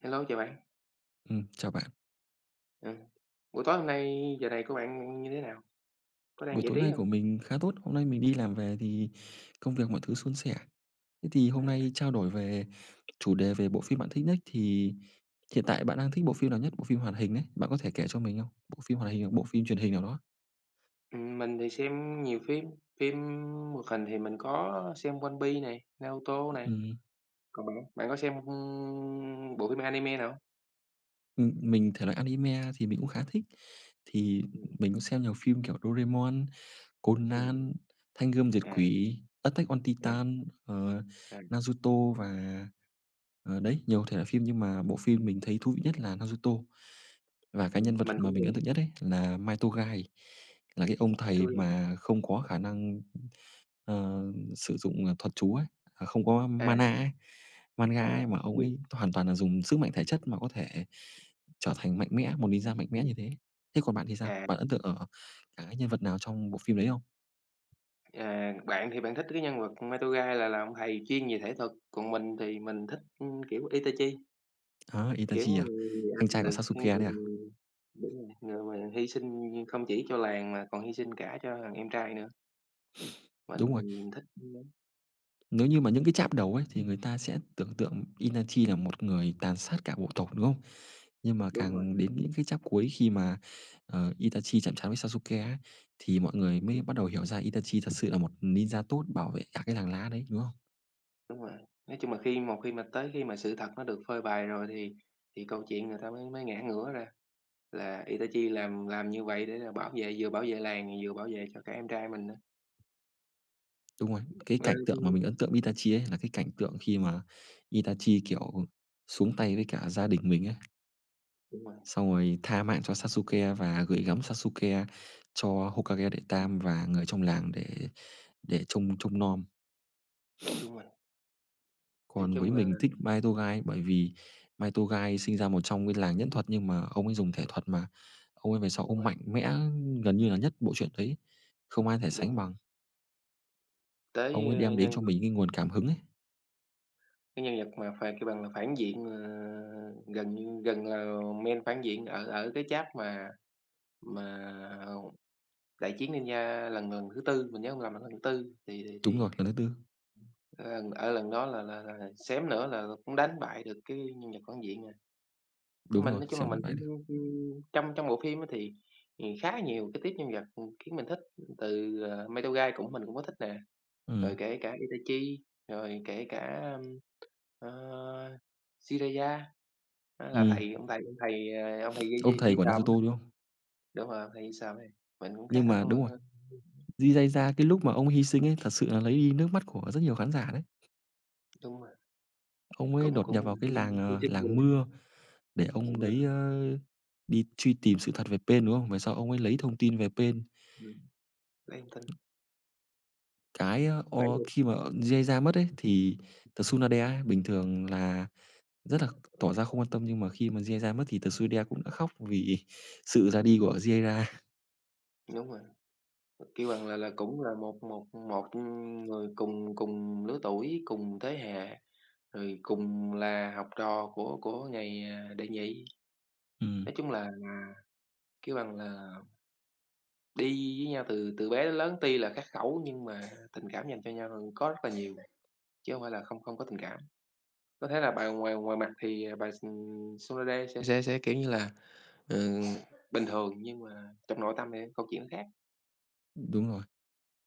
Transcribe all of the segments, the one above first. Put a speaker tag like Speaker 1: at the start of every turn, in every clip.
Speaker 1: Hello, chào bạn.
Speaker 2: Chào bạn.
Speaker 1: Ừm, buổi tối hôm nay giờ này của bạn như thế nào? Có đang
Speaker 2: Buổi
Speaker 1: giải
Speaker 2: tối
Speaker 1: trí
Speaker 2: nay
Speaker 1: không?
Speaker 2: của mình khá tốt. Hôm nay mình đi làm về thì công việc mọi thứ suôn sẻ. Thế thì hôm
Speaker 1: À,
Speaker 2: nay trao đổi về chủ đề về bộ phim bạn thích nhất thì hiện tại bạn đang thích bộ phim nào nhất? Bộ phim hoạt hình đấy, bạn có thể kể cho mình không? Bộ phim hoạt hình hoặc bộ phim truyền hình nào đó?
Speaker 1: mình thì xem nhiều phim phim hoạt hình thì mình có xem One Piece này, Naruto này,
Speaker 2: Ừm,
Speaker 1: còn bạn? Bạn có xem, bộ phim anime nào không?
Speaker 2: mình thể loại anime thì mình cũng khá thích, thì
Speaker 1: Ừm,
Speaker 2: mình cũng xem nhiều phim kiểu Doraemon,
Speaker 1: ừm,
Speaker 2: Conan, Thanh Gươm Diệt
Speaker 1: à,
Speaker 2: Quỷ, Attack on
Speaker 1: à,
Speaker 2: Titan,
Speaker 1: à,
Speaker 2: Naruto và, đấy, nhiều thể loại phim nhưng mà bộ phim
Speaker 1: ừm,
Speaker 2: mình thấy thú vị nhất là Naruto. Và cái nhân vật
Speaker 1: mình
Speaker 2: mà
Speaker 1: cũng
Speaker 2: mình
Speaker 1: vậy.
Speaker 2: ấn tượng nhất ấy là Mai Togai, là cái ông thầy
Speaker 1: Midoriya.
Speaker 2: mà không có khả năng, ờ, sử dụng, thuật chú ấy, à, không có
Speaker 1: À,
Speaker 2: mana ấy, manga
Speaker 1: à,
Speaker 2: ấy, mà ông
Speaker 1: ừm,
Speaker 2: ấy hoàn toàn là dùng sức mạnh thể chất mà có thể trở thành mạnh mẽ, một ninja mạnh mẽ như thế. Thế còn bạn thì sao?
Speaker 1: à,
Speaker 2: Bạn ấn tượng ở cái nhân vật nào trong bộ phim đấy không?
Speaker 1: bạn thì bạn thích cái nhân vật Midoriya là ông thầy chuyên về thể thuật, còn mình thì mình thích, kiểu, Itachi.
Speaker 2: Đó,
Speaker 1: Kiểu,
Speaker 2: Itachi à?
Speaker 1: người anh
Speaker 2: Anh trai
Speaker 1: là
Speaker 2: của
Speaker 1: cái
Speaker 2: Sasuke đấy à?
Speaker 1: người, đúng rồi, người mà hy sinh không chỉ cho làng mà còn hy sinh cả cho thằng em trai nữa,
Speaker 2: Đúng rồi,
Speaker 1: mình thích lắm.
Speaker 2: nếu như mà những cái chapter đầu ấy thì
Speaker 1: Ừm.
Speaker 2: người ta sẽ tưởng tượng Itachi
Speaker 1: Ừm.
Speaker 2: là một người tàn sát cả bộ tộc, đúng không? Nhưng mà
Speaker 1: Đúng rồi.
Speaker 2: càng đến những cái chap cuối khi mà, Itachi chạm trán với Sasuke á, thì mọi người mới
Speaker 1: Ừm,
Speaker 2: bắt đầu hiểu ra Itachi thật sự là một ninja tốt bảo vệ cả cái làng lá đấy, đúng không?
Speaker 1: đúng rồi. Nói chung là khi một khi mà tới khi mà sự thật nó được phơi bày rồi thì câu chuyện người ta mới mới ngã ngửa ra, là Itachi làm như vậy để là bảo vệ, vừa bảo vệ làng, vừa bảo vệ cho cả em trai mình nữa.
Speaker 2: Đúng rồi, cái
Speaker 1: Ờ,
Speaker 2: cảnh tượng mà mình ấn tượng với Itachi ấy là cái cảnh tượng khi
Speaker 1: ừm,
Speaker 2: mà Itachi, kiểu, xuống tay với cả gia đình mình ấy.
Speaker 1: đúng rồi,
Speaker 2: Xong rồi tha mạng cho Sasuke và gửi gắm Sasuke cho Hokage đệ
Speaker 1: ừm,
Speaker 2: tam và người trong làng để trông trông nom.
Speaker 1: đúng rồi, nói
Speaker 2: Còn với
Speaker 1: chung là
Speaker 2: mình thích Mai Maitogai bởi vì Mai Maitogai sinh ra một trong cái làng nhẫn
Speaker 1: ừm,
Speaker 2: thuật nhưng mà ông ấy dùng thể thuật mà. Ông ấy về sau
Speaker 1: đúng
Speaker 2: ông
Speaker 1: rồi,
Speaker 2: mạnh mẽ gần như là nhất bộ truyện đấy, không ai thể
Speaker 1: đúng
Speaker 2: sánh
Speaker 1: rồi,
Speaker 2: bằng. Ông
Speaker 1: tới,
Speaker 2: ấy đem đến
Speaker 1: nhân
Speaker 2: cho mình cái
Speaker 1: vật.
Speaker 2: nguồn cảm hứng ấy.
Speaker 1: Cái nhân vật mà phải kêu bằng là phản diện, ờ, gần như gần là main phản diện ở ở cái chap mà Đại Chiến Ninja lần lần thứ Tư, mình nhớ hông lầm là lần thứ Tư
Speaker 2: Đúng
Speaker 1: thì
Speaker 2: rồi, lần thứ tư.
Speaker 1: lần ở lần đó là xém nữa là cũng đánh bại được cái nhân vật phản diện à.
Speaker 2: Đúng
Speaker 1: Mình
Speaker 2: rồi,
Speaker 1: nói chung là
Speaker 2: xem
Speaker 1: mình
Speaker 2: lại vậy được.
Speaker 1: cũng, trong trong bộ phim á thì khá nhiều cái tiếp nhân vật, khiến mình thích, từ, Madoka cũng mình cũng có thích nè, rồi
Speaker 2: Ừm,
Speaker 1: kể cả Itachi, rồi kể cả, ờ, Jiraiya. Đó là
Speaker 2: ừm,
Speaker 1: thầy ông thầy dây
Speaker 2: ông
Speaker 1: dây
Speaker 2: thầy
Speaker 1: dây
Speaker 2: của
Speaker 1: xàm
Speaker 2: Naruto,
Speaker 1: á,
Speaker 2: đúng không?
Speaker 1: đúng rồi, ông thầy dây xàm ấy, mình cũng khá
Speaker 2: Nhưng
Speaker 1: thích
Speaker 2: mà
Speaker 1: ông
Speaker 2: đúng rồi, Jiraiya cái lúc mà ông hy sinh ấy, thật sự là lấy đi nước mắt của rất nhiều khán giả đấy.
Speaker 1: đúng rồi,
Speaker 2: Ông ấy
Speaker 1: cũng
Speaker 2: đột
Speaker 1: cũng
Speaker 2: nhập
Speaker 1: là
Speaker 2: vào cái
Speaker 1: hy
Speaker 2: làng,
Speaker 1: hy sinh
Speaker 2: làng
Speaker 1: về
Speaker 2: mưa để
Speaker 1: mọi
Speaker 2: ông
Speaker 1: người,
Speaker 2: đấy, đi truy tìm sự thật về Pain, đúng không? Về sau ông ấy lấy thông tin về Pain.
Speaker 1: ừm, lấy thông tin,
Speaker 2: Cái,
Speaker 1: lấy
Speaker 2: o
Speaker 1: được
Speaker 2: khi mà Jiraiya mất ấy, thì Tsunade ấy, bình thường là rất là tỏ ra không quan tâm, nhưng mà khi mà Jiraiya mất thì Tsunade cũng đã khóc vì sự ra đi của Jiraiya.
Speaker 1: đúng rồi, kêu bằng là cũng là một một một, người cùng cùng lứa tuổi, cùng thế hệ, rồi cùng là học trò của ngày, à, đệ nhị.
Speaker 2: Ừm,
Speaker 1: Nói chung là, kêu bằng là, đi với nhau từ từ bé đến lớn, tuy là khắc khẩu nhưng mà tình cảm dành cho nhau có rất là nhiều, chứ hông phải là không không có tình cảm. Có thể là bà ngoài ngoài mặt thì, à, bà, Sonoda sẽ, kiểu như là, ừm, bình thường, nhưng mà trong nội tâm thì câu chuyện khác.
Speaker 2: Đúng rồi,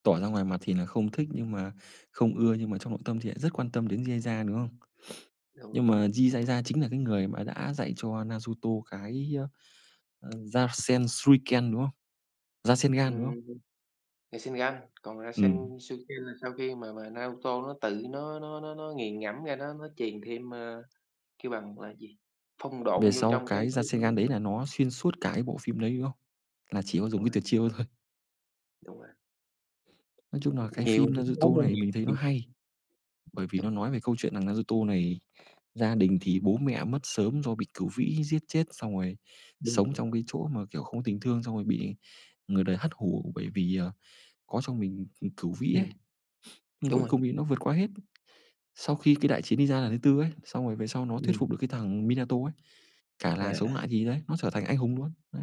Speaker 2: tỏ ra ngoài mặt thì là không thích nhưng mà không ưa, nhưng mà trong nội tâm thì lại rất quan tâm đến Jiraiya, đúng không?
Speaker 1: Rồi,
Speaker 2: Nhưng mà Jiraiya chính là cái người mà đã dạy cho Naruto cái, Rasen Suiken, đúng không? Rasengan, đúng không?
Speaker 1: ừm, thì Sharingan, còn
Speaker 2: Ừm,
Speaker 1: Rasensuken là sau khi mà Naruto nó tự nó nghiền ngẫm ra, nó truyền thêm, kêu bằng là gì, phong độn
Speaker 2: Về
Speaker 1: vô
Speaker 2: sau
Speaker 1: trong cái
Speaker 2: cái Rasengan đấy là nó xuyên suốt cả cái bộ phim đấy, đúng không? Là chỉ có
Speaker 1: đúng
Speaker 2: dùng cái
Speaker 1: rồi,
Speaker 2: tuyệt chiêu thôi.
Speaker 1: đúng rồi,
Speaker 2: Nói chung là cái
Speaker 1: nhiều
Speaker 2: phim
Speaker 1: cái,
Speaker 2: Naruto
Speaker 1: nhiều
Speaker 2: này mình thấy nó hay, bởi vì nó nói về câu chuyện rằng Naruto này gia đình thì bố mẹ mất sớm do bị cửu vĩ giết chết, xong rồi
Speaker 1: nhiều-
Speaker 2: sống trong cái chỗ mà, kiểu, không tình thương, xong rồi bị người đời hắt hủ bởi vì, có trong mình, cửu vĩ ấy,
Speaker 1: ừm,
Speaker 2: nhưng
Speaker 1: đúng
Speaker 2: cuối
Speaker 1: rồi,
Speaker 2: cùng thì nó vượt qua hết. Sau khi cái đại chiến Ninja lần thứ tư ấy, xong rồi về sau nó thuyết
Speaker 1: ừm,
Speaker 2: phục được cái thằng Minato ấy. Cả làng sống
Speaker 1: à.
Speaker 2: lại thì đấy, nó trở thành anh hùng luôn, đấy.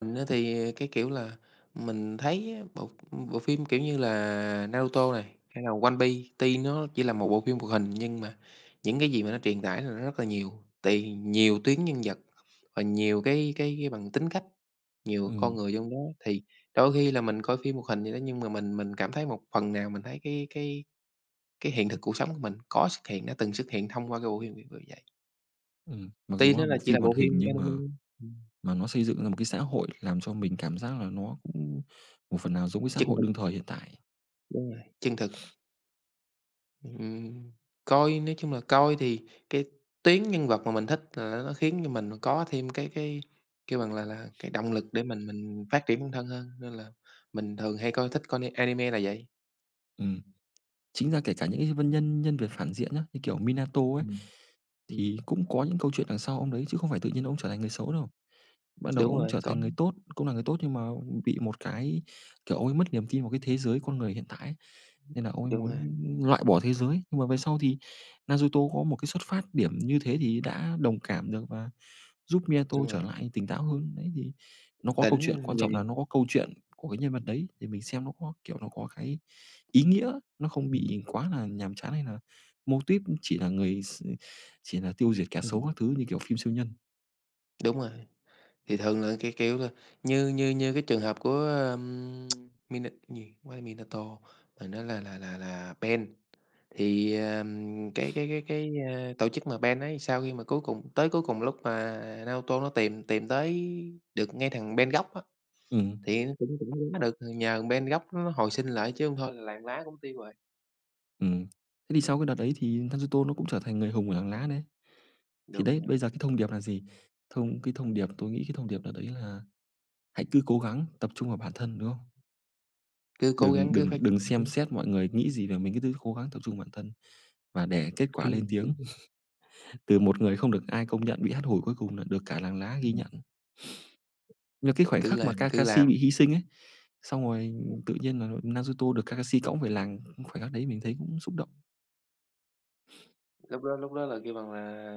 Speaker 1: Mình á thì, cái kiểu là, mình thấy á bộ bộ phim, kiểu như là, Naruto này, hay là One Piece, tuy nó chỉ là một bộ phim hoạt hình nhưng mà những cái gì mà nó truyền tải là nó rất là nhiều, thì nhiều tuyến nhân vật và nhiều cái bằng tính cách, nhiều con
Speaker 2: Ừm,
Speaker 1: người trong đó. Thì đôi khi là mình coi phim hoạt hình vậy đó nhưng mà mình cảm thấy một phần nào mình thấy cái hiện thực cuộc sống của mình có xuất hiện, đã từng xuất hiện thông qua cái bộ phim, kiểu, kiểu vậy.
Speaker 2: Mặc dù
Speaker 1: Tuy
Speaker 2: nó
Speaker 1: nó
Speaker 2: là
Speaker 1: là
Speaker 2: bộ
Speaker 1: chỉ là
Speaker 2: phim
Speaker 1: bộ
Speaker 2: hoạt hình
Speaker 1: phim
Speaker 2: nhưng
Speaker 1: anime,
Speaker 2: mà
Speaker 1: ừm,
Speaker 2: mà nó xây dựng ra một cái xã hội làm cho mình cảm giác là nó cũng một phần nào giống cái xã
Speaker 1: chân
Speaker 2: hội
Speaker 1: thực,
Speaker 2: đương thời hiện tại.
Speaker 1: đúng rồi, chân thực. Ừm, coi nói chung là coi thì cái tuyến nhân vật mà mình thích là nó khiến cho mình có thêm cái, kêu bằng là, cái động lực để mình phát triển bản thân hơn, nên là mình thường hay coi thích coi anime là vậy.
Speaker 2: Ừm, Chính ra kể cả những cái vân nhân nhân vật phản diện nhá, như kiểu Minato ấy,
Speaker 1: Ừm. Ừm,
Speaker 2: thì cũng có những câu chuyện đằng sau ông đấy chứ không phải tự nhiên ông trở thành người xấu đâu. Ban đầu
Speaker 1: đúng
Speaker 2: ông trở
Speaker 1: rồi, có
Speaker 2: thành người tốt, cũng là người tốt nhưng mà bị một cái, kiểu, ông ấy mất niềm tin vào cái thế giới con người hiện tại ấy. Nên là ông ấy
Speaker 1: đúng
Speaker 2: muốn
Speaker 1: rồi,
Speaker 2: loại bỏ thế giới, nhưng mà về sau thì Naruto có một cái xuất phát điểm như thế thì đã đồng cảm được và giúp Minato
Speaker 1: đúng rồi,
Speaker 2: trở lại tỉnh táo hơn. Đấy, thì nó có câu
Speaker 1: tỉnh
Speaker 2: chuyện, quan
Speaker 1: nhìn.
Speaker 2: trọng là nó có câu chuyện của cái nhân vật đấy thì mình xem nó có, kiểu, nó có cái ý nghĩa, nó không bị
Speaker 1: Ừm.
Speaker 2: quá là nhàm chán hay là mô típ chỉ là người s chỉ là tiêu diệt kẻ xấu
Speaker 1: Ừm.
Speaker 2: các thứ như kiểu phim siêu nhân.
Speaker 1: Đúng rồi, thì thường là, cái kiểu là, như như như cái trường hợp của, ờm, Mina gì, hông phải là Minato, mà nó là là Ben. Thì, tổ chức mà band ấy, sau khi mà cuối cùng tới cuối cùng lúc mà Naruto nó tìm tìm tới được ngay thằng band gốc á,
Speaker 2: Ừ.
Speaker 1: thì nó cũng cũng quá được, nhờ band gốc nó hồi sinh lại chứ không thôi là làng lá cũng tiêu rồi.
Speaker 2: Ừm. Thế thì sau cái đợt đấy thì Naruto nó cũng trở thành người hùng của làng lá đấy. Thì
Speaker 1: Đúng
Speaker 2: đấy,
Speaker 1: rồi,
Speaker 2: bây giờ cái thông điệp là gì? Thông cái thông điệp tôi nghĩ cái thông điệp đợt đấy là hãy cứ cố gắng tập trung vào bản thân, đúng không?
Speaker 1: cứ cố
Speaker 2: Đừng
Speaker 1: gắng cứ
Speaker 2: đừng
Speaker 1: phát
Speaker 2: đừng
Speaker 1: triển
Speaker 2: xem xét mọi người nghĩ gì về mình, cứ cứ cố gắng tập trung vào bản thân và để kết
Speaker 1: cứ
Speaker 2: quả lên tiếng. Từ một người không được ai công nhận, bị hắt hủi, cuối cùng là được cả làng lá ghi nhận. Nhưng cái khoảnh
Speaker 1: cứ
Speaker 2: khắc mà
Speaker 1: làm cứ làm cứ
Speaker 2: Kakashi bị
Speaker 1: làm.
Speaker 2: hy sinh ấy, xong rồi
Speaker 1: Ừm,
Speaker 2: tự nhiên là Naruto được Kakashi cõng về làng, khoảnh khắc đấy mình thấy cũng xúc động.
Speaker 1: lúc đó là kêu bằng là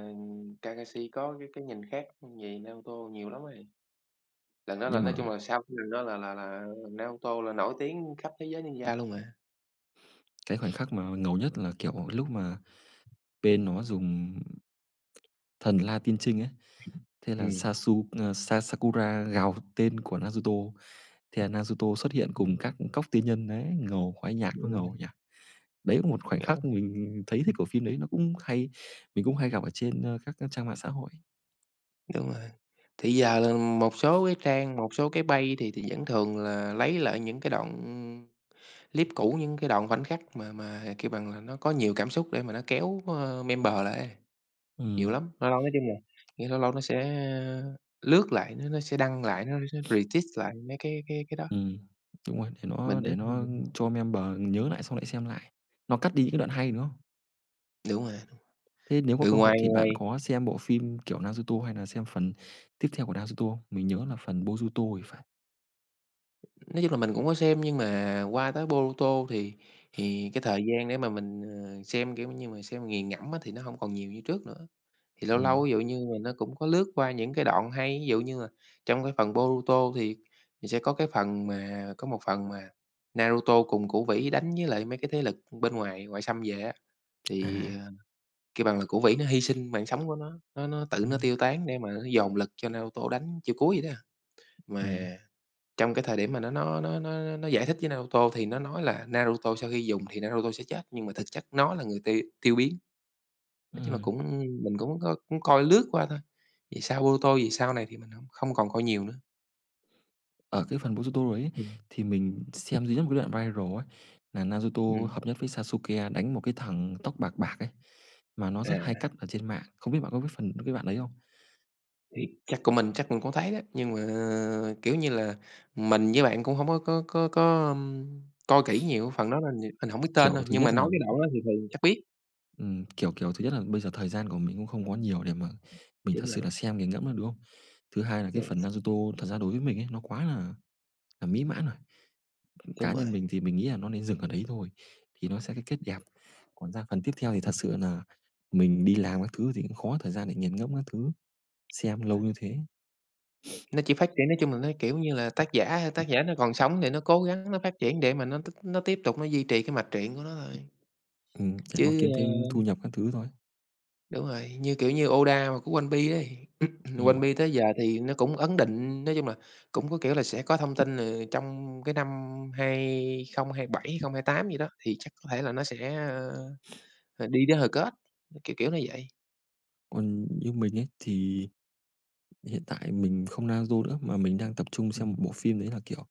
Speaker 1: Kakashi có cái nhìn khác về Naruto nhiều lắm rồi. Lần đó là
Speaker 2: Nhưng mà
Speaker 1: nói chung là sau cái lần đó là Naruto là nổi tiếng khắp thế giới ninja luôn mà.
Speaker 2: cái khoảnh khắc mà ngầu nhất là, kiểu, lúc mà bên nó dùng thần La Tiên trinh ấy, thế là Sasu ờ, Sa Sakura gào tên của Naruto. Thì là Naruto xuất hiện cùng các cóc tiên nhân đấy, ngầu, khoái nhạc nó ngầu nhỉ. Đấy là một khoảnh
Speaker 1: Ừm.
Speaker 2: khắc mình thấy thích của phim đấy, nó cũng hay mình cũng hay gặp ở trên, các trang mạng xã hội.
Speaker 1: Đúng rồi. Thì giờ là một số cái trang, một số cái bay thì vẫn thường là lấy lại những cái đoạn clip cũ, những cái đoạn khoảnh khắc mà, kêu bằng là, nó có nhiều cảm xúc để mà nó kéo, member lại, nhiều
Speaker 2: Ừm,
Speaker 1: lắm. Lâu lâu nói chung là, kiểu, lâu lâu nó sẽ ờ, lướt lại, nó sẽ đăng lại, nó sẽ retweet lại mấy cái đó.
Speaker 2: ừm, Đúng rồi, để nó
Speaker 1: Mình thấy
Speaker 2: để nó cho member nhớ lại xong lại xem lại. Nó cắt đi những cái đoạn hay, đúng không?
Speaker 1: đúng rồi.
Speaker 2: Thế nếu có
Speaker 1: Ừ,
Speaker 2: cơ hội
Speaker 1: ngoài
Speaker 2: thì bạn
Speaker 1: ngoài
Speaker 2: có xem bộ phim kiểu Naruto hay là xem phần tiếp theo của Naruto không? Mình nhớ là phần Boruto thì phải.
Speaker 1: nói chung là mình cũng có xem nhưng mà qua tới Boruto thì cái thời gian để mà mình, xem, kiểu như mà, xem nghiền ngẫm á thì nó hông còn nhiều như trước nữa. Thì lâu
Speaker 2: Ừm,
Speaker 1: lâu ví dụ như mình nó cũng có lướt qua những cái đoạn hay, ví dụ như là trong cái phần Boruto thì sẽ có cái phần mà có một phần mà Naruto cùng Cửu Vĩ đánh với lại mấy cái thế lực bên ngoài ngoại xâm về á,
Speaker 2: à,
Speaker 1: thì, kêu bằng là Cửu Vĩ nó hy sinh mạng sống của nó, nó tự nó
Speaker 2: ừm,
Speaker 1: tiêu tán để mà nó dồn lực cho Naruto đánh chiêu cuối vậy đó.
Speaker 2: ừm,
Speaker 1: Mà trong cái thời điểm mà nó giải thích với Naruto thì nó nói là Naruto sau khi dùng thì Naruto sẽ chết, nhưng mà thực chất nó là người tiêu tiêu biến. Nói chung là
Speaker 2: ừm.
Speaker 1: cũng mình cũng có cũng coi lướt qua thôi, vì sao ô tô vì sau này thì mình hông không còn coi nhiều nữa.
Speaker 2: Ở cái phần Boruto đấy ấy,
Speaker 1: Ừm.
Speaker 2: thì mình xem duy nhất một cái đoạn viral ấy, là Naruto
Speaker 1: Ừm.
Speaker 2: hợp nhất với Sasuke đánh một cái thằng tóc bạc bạc ấy, mà nó rất hay
Speaker 1: À.
Speaker 2: cắt ở trên mạng. Không biết bạn có biết phần cái bạn đấy không?
Speaker 1: Thì chắc của mình chắc mình cũng thấy đó, nhưng mà, kiểu như là, mình với bạn cũng hổng có, coi kỹ nhiều, phần đó là nh mình hổng biết tên
Speaker 2: Kiểu,
Speaker 1: thôi,
Speaker 2: thứ
Speaker 1: nhưng mà
Speaker 2: nhất
Speaker 1: nói
Speaker 2: là,
Speaker 1: cái đoạn đó thì thường chắc biết.
Speaker 2: kiểu, thứ nhất là bây giờ thời gian của mình cũng không có nhiều để mà mình thật
Speaker 1: Đúng
Speaker 2: sự
Speaker 1: rồi,
Speaker 2: là xem nghiền ngẫm được, đúng không? Thứ hai là cái
Speaker 1: đúng,
Speaker 2: phần Naruto thật ra đối với mình ấy, nó quá là mỹ mãn rồi.
Speaker 1: đúng
Speaker 2: Cá
Speaker 1: rồi.
Speaker 2: nhân mình thì mình nghĩ là nó nên dừng ở đấy thôi, thì nó sẽ cái kết đẹp. Còn ra phần tiếp theo thì thật sự là mình đi làm các thứ thì cũng khó thời gian để nghiền ngẫm các thứ. Xem lâu như thế,
Speaker 1: Nó chỉ phát triển nói chung là nó, kiểu như là, tác giả nó còn sống thì nó cố gắng nó phát triển để mà nó t nó tiếp tục nó duy trì cái mạch truyện của nó thôi,
Speaker 2: để nó
Speaker 1: chứ,
Speaker 2: kiếm thêm
Speaker 1: ơ.
Speaker 2: thu nhập các thứ thôi.
Speaker 1: Đúng rồi, như, kiểu như, Oda mà của One Piece đấy One
Speaker 2: Ừm,
Speaker 1: Piece tới giờ thì nó cũng ấn định, nói chung là cũng có, kiểu là, sẽ có thông tin, là trong cái năm hai không hai bảy, hai không không bảy hai tám gì đó, thì chắc có thể là nó sẽ, ờ, đi đến hồi kết, kiểu, kiểu như vậy.
Speaker 2: Còn như mình ấy thì hiện tại mình không Naruto nữa, mà mình đang tập trung xem một
Speaker 1: Ừm,
Speaker 2: bộ phim đấy là, kiểu,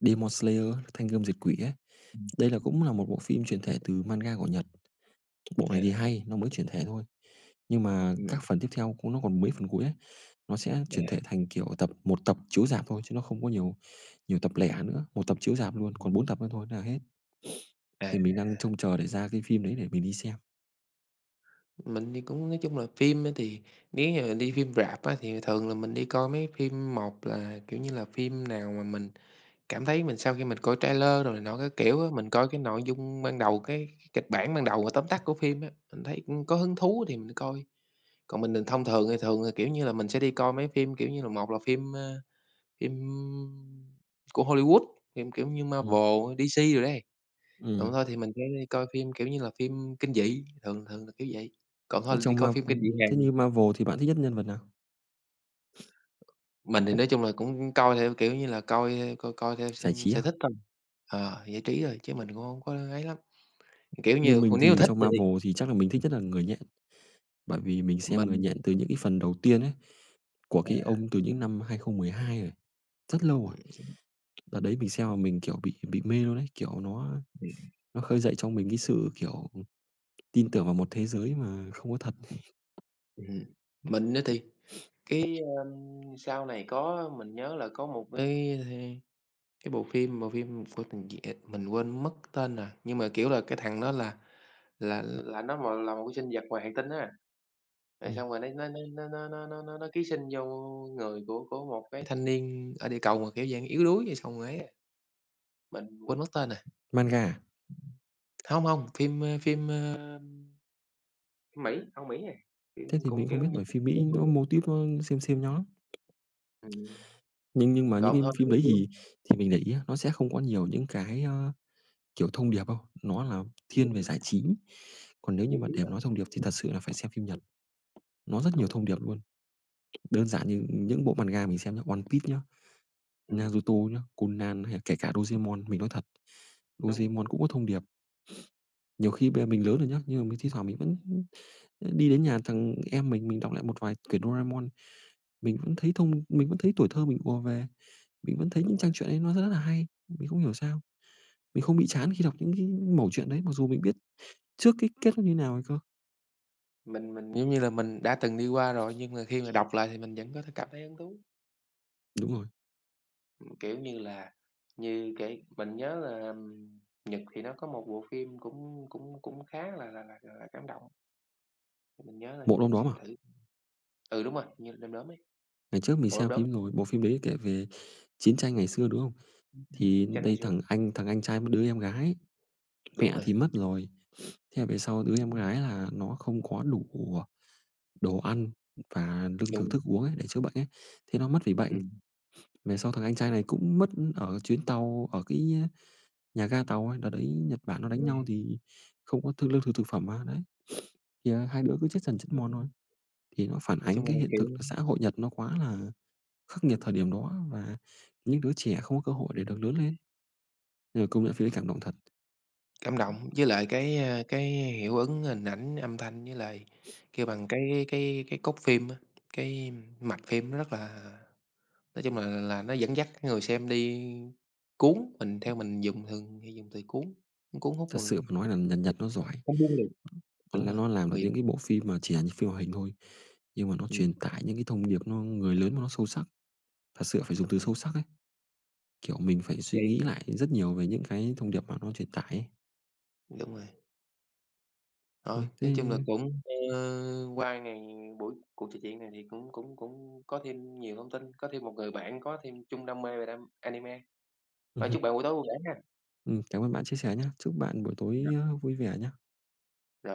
Speaker 2: Demon Slayer Thanh Gươm Diệt Quỷ ấy.
Speaker 1: ừm.
Speaker 2: Đây là cũng là một bộ phim chuyển thể từ manga của Nhật. Bộ này
Speaker 1: À,
Speaker 2: thì hay, nó mới chuyển thể thôi, nhưng mà
Speaker 1: ừm,
Speaker 2: các phần tiếp theo cũng nó còn mấy phần cuối ấy, nó sẽ chuyển
Speaker 1: à,
Speaker 2: thể thành, kiểu, tập một tập chiếu rạp thôi chứ nó không có nhiều nhiều tập lẻ nữa, một tập chiếu rạp luôn, còn 4 tập nữa thôi là hết.
Speaker 1: à,
Speaker 2: Thì mình đang trông chờ để ra cái phim đấy để mình đi xem.
Speaker 1: mình thì cũng nói chung là phim á thì nếu như đi phim rạp á thì thường là mình đi coi mấy phim một là, kiểu như là, phim nào mà mình cảm thấy mình sau khi mình coi trailer rồi này cái kiểu á, mình coi cái nội dung ban đầu, cái kịch bản ban đầu và tóm tắt của phim á, mình thấy, có hứng thú thì mình coi. Còn mình thông thường thì thường là, kiểu như là, mình sẽ đi coi mấy phim, kiểu như là, một là phim, phim của Hollywood, phim, kiểu như,
Speaker 2: Ừm,
Speaker 1: Marvel, DC rồi đấy. Còn
Speaker 2: ừm.
Speaker 1: thôi thì mình sẽ đi coi phim, kiểu như là, phim kinh dị, thường thường là kiểu vậy. Còn thôi
Speaker 2: Thế
Speaker 1: là đi
Speaker 2: trong
Speaker 1: coi
Speaker 2: Ma
Speaker 1: phim kinh dị Hàn
Speaker 2: thế
Speaker 1: thì
Speaker 2: như Marvel thì bạn thích nhất nhân vật nào?
Speaker 1: mình thì nói chung là cũng coi theo, kiểu như là, coi, coi coi theo s
Speaker 2: Giải trí
Speaker 1: sở
Speaker 2: à?
Speaker 1: thích thôi, ờ, giải trí thôi chứ mình cũng hông có ấy lắm. Kiểu
Speaker 2: Như
Speaker 1: như,
Speaker 2: mình
Speaker 1: nếu
Speaker 2: thì
Speaker 1: thích
Speaker 2: trong
Speaker 1: thì
Speaker 2: Marvel thì chắc là mình thích nhất là Người Nhện, bởi vì mình xem Người
Speaker 1: mình
Speaker 2: Nhện từ những cái phần đầu tiên ấy, của cái
Speaker 1: à,
Speaker 2: ông từ những năm 2012 rồi, rất lâu rồi.
Speaker 1: ừm,
Speaker 2: Đợt đấy mình xem mà mình, kiểu, bị mê luôn đấy kiểu,
Speaker 1: ừm.
Speaker 2: nó khơi dậy trong mình cái sự, kiểu, tin tưởng vào một thế giới mà không có thật.
Speaker 1: Mình á thì cái, sau này có mình nhớ là có một cái bộ phim của thằng gì, à, mình quên mất tên rồi, nhưng mà, kiểu là, cái thằng đó là nó mà là một cái sinh vật ngoài hành tinh á, rồi
Speaker 2: Ừm.
Speaker 1: xong rồi nó ký sinh vô người của một cái thanh niên ở địa cầu mà, kiểu, dạng yếu đuối, rồi xong rồi ấy à, mình quên mất tên rồi.
Speaker 2: Manga à?
Speaker 1: Hông, hông, phim, Mỹ, Âu Mỹ à, phim
Speaker 2: Thế thì
Speaker 1: cũng,
Speaker 2: mình
Speaker 1: kiểu
Speaker 2: không biết
Speaker 1: như,
Speaker 2: bởi phim
Speaker 1: siêu
Speaker 2: Mỹ
Speaker 1: hùng
Speaker 2: nó
Speaker 1: á.
Speaker 2: mô típ nó xem nhau lắm,
Speaker 1: Ừm.
Speaker 2: nhưng mà những
Speaker 1: Còn
Speaker 2: cái
Speaker 1: hơn là
Speaker 2: phim
Speaker 1: bếp
Speaker 2: đấy
Speaker 1: nương,
Speaker 2: thì mình để ý á, nó sẽ không có nhiều những cái, ơ kiểu, thông điệp không? Nó là thiên
Speaker 1: đúng
Speaker 2: về giải
Speaker 1: rồi,
Speaker 2: trí, còn nếu như
Speaker 1: giải
Speaker 2: mà
Speaker 1: trí
Speaker 2: để mà
Speaker 1: lắm,
Speaker 2: nói thông điệp thì thật sự là phải xem phim Nhật, nó rất nhiều
Speaker 1: đúng rồi,
Speaker 2: thông điệp luôn. Đơn giản như những bộ manga mình xem nhá, One Piece nhá,
Speaker 1: ừm,
Speaker 2: Naruto nhá, Conan hay là kể cả Doraemon, mình nói thật,
Speaker 1: đúng,
Speaker 2: Doraemon cũng có thông điệp. Nhiều khi bây giờ mình lớn rồi nhá, nhưng mà mình thi thoảng mình vẫn, đi đến nhà thằng em mình đọc lại một vài quyển Doraemon, mình vẫn thấy tuổi thơ mình ùa về, mình vẫn thấy những
Speaker 1: đúng rồi.
Speaker 2: trang truyện ấy nó rất là hay. Mình không hiểu sao, mình không bị chán khi đọc những cái mẩu chuyện đấy, mặc dù mình biết trước cái kết nó như nào rồi cơ.
Speaker 1: Mình, giống như là, mình đã từng đi qua rồi, nhưng mà khi mà đọc lại thì mình vẫn có thể cảm thấy hứng thú.
Speaker 2: Đúng rồi.
Speaker 1: Kiểu như là, như cái mình nhớ là Nhật thì nó có một bộ phim cũng cũng cũng khá là cảm động, mình nhớ rồi,
Speaker 2: Bộ Đom Đóm à?
Speaker 1: xem thử. Ừ, đúng rồi, hình như là Đom Đóm ấy,
Speaker 2: Ngày trước mình
Speaker 1: Bộ Đom
Speaker 2: xem
Speaker 1: Đóm,
Speaker 2: phim rồi, bộ phim đấy kể về chiến tranh ngày xưa, đúng không?
Speaker 1: chiến tranh
Speaker 2: Thì
Speaker 1: chiến tranh ngày
Speaker 2: đây
Speaker 1: xưa,
Speaker 2: thằng anh trai với đứa em gái,
Speaker 1: đúng
Speaker 2: mẹ
Speaker 1: rồi,
Speaker 2: thì mất rồi, thế là về sau đứa em gái là nó không có đủ đồ ăn và lương
Speaker 1: đúng
Speaker 2: thực
Speaker 1: rồi,
Speaker 2: thức uống ấy, để chữa bệnh ấy, thế nó mất vì bệnh.
Speaker 1: ừm,
Speaker 2: Về sau thằng anh trai này cũng mất ở chuyến tàu, ở cái nhà ga tàu ấy, đợt đấy Nhật Bản nó đánh nhau thì không có thương lương thực thực phẩm mà, đấy, thì, à, hai đứa cứ chết dần chết mòn thôi. Thì nó phản
Speaker 1: nói chung
Speaker 2: ánh cái
Speaker 1: là,
Speaker 2: hiện
Speaker 1: kiểu
Speaker 2: thực là xã hội Nhật nó quá là khắc nghiệt thời điểm đó và những đứa trẻ không có cơ hội để được
Speaker 1: ừm.
Speaker 2: lớn lên. Nhưng mà công nhận phim ấy cảm động thật,
Speaker 1: Cảm động, với lại cái, a, cái hiệu ứng hình ảnh, âm thanh với lại kêu bằng cái cốt phim á, cái mạch phim nó rất là nói chung là nó dẫn dắt cái người xem đi cuốn, mình theo mình dùng thường hay dùng từ cuốn, nó cuốn hút
Speaker 2: thật
Speaker 1: người,
Speaker 2: sự mà nói là Nhật Nhật nó giỏi,
Speaker 1: không buông được,
Speaker 2: nó
Speaker 1: đúng
Speaker 2: là
Speaker 1: rồi,
Speaker 2: nó làm được
Speaker 1: người
Speaker 2: những cái bộ phim mà chỉ là những phim hoạt hình thôi, nhưng mà nó
Speaker 1: ừm,
Speaker 2: truyền tải những cái thông điệp nó người lớn mà nó sâu sắc, thật sự phải dùng
Speaker 1: đúng
Speaker 2: từ
Speaker 1: rồi,
Speaker 2: sâu sắc ấy, kiểu, mình phải suy
Speaker 1: vậy
Speaker 2: nghĩ lại rất nhiều về những cái thông điệp mà nó truyền tải ấy.
Speaker 1: đúng rồi.
Speaker 2: Rồi,
Speaker 1: Thôi,
Speaker 2: thế
Speaker 1: nói chung là cũng, qua ngày buổi cuộc trò chuyện này thì cũng cũng cũng có thêm nhiều thông tin, có thêm một người bạn có thêm chung đam mê về đam anime. Và
Speaker 2: ừm
Speaker 1: chúc bạn buổi tối vui vẻ ha.
Speaker 2: cảm ơn bạn chia sẻ nhé. Chúc bạn buổi tối,
Speaker 1: Rồi.
Speaker 2: vui vẻ nhé.
Speaker 1: Rồi.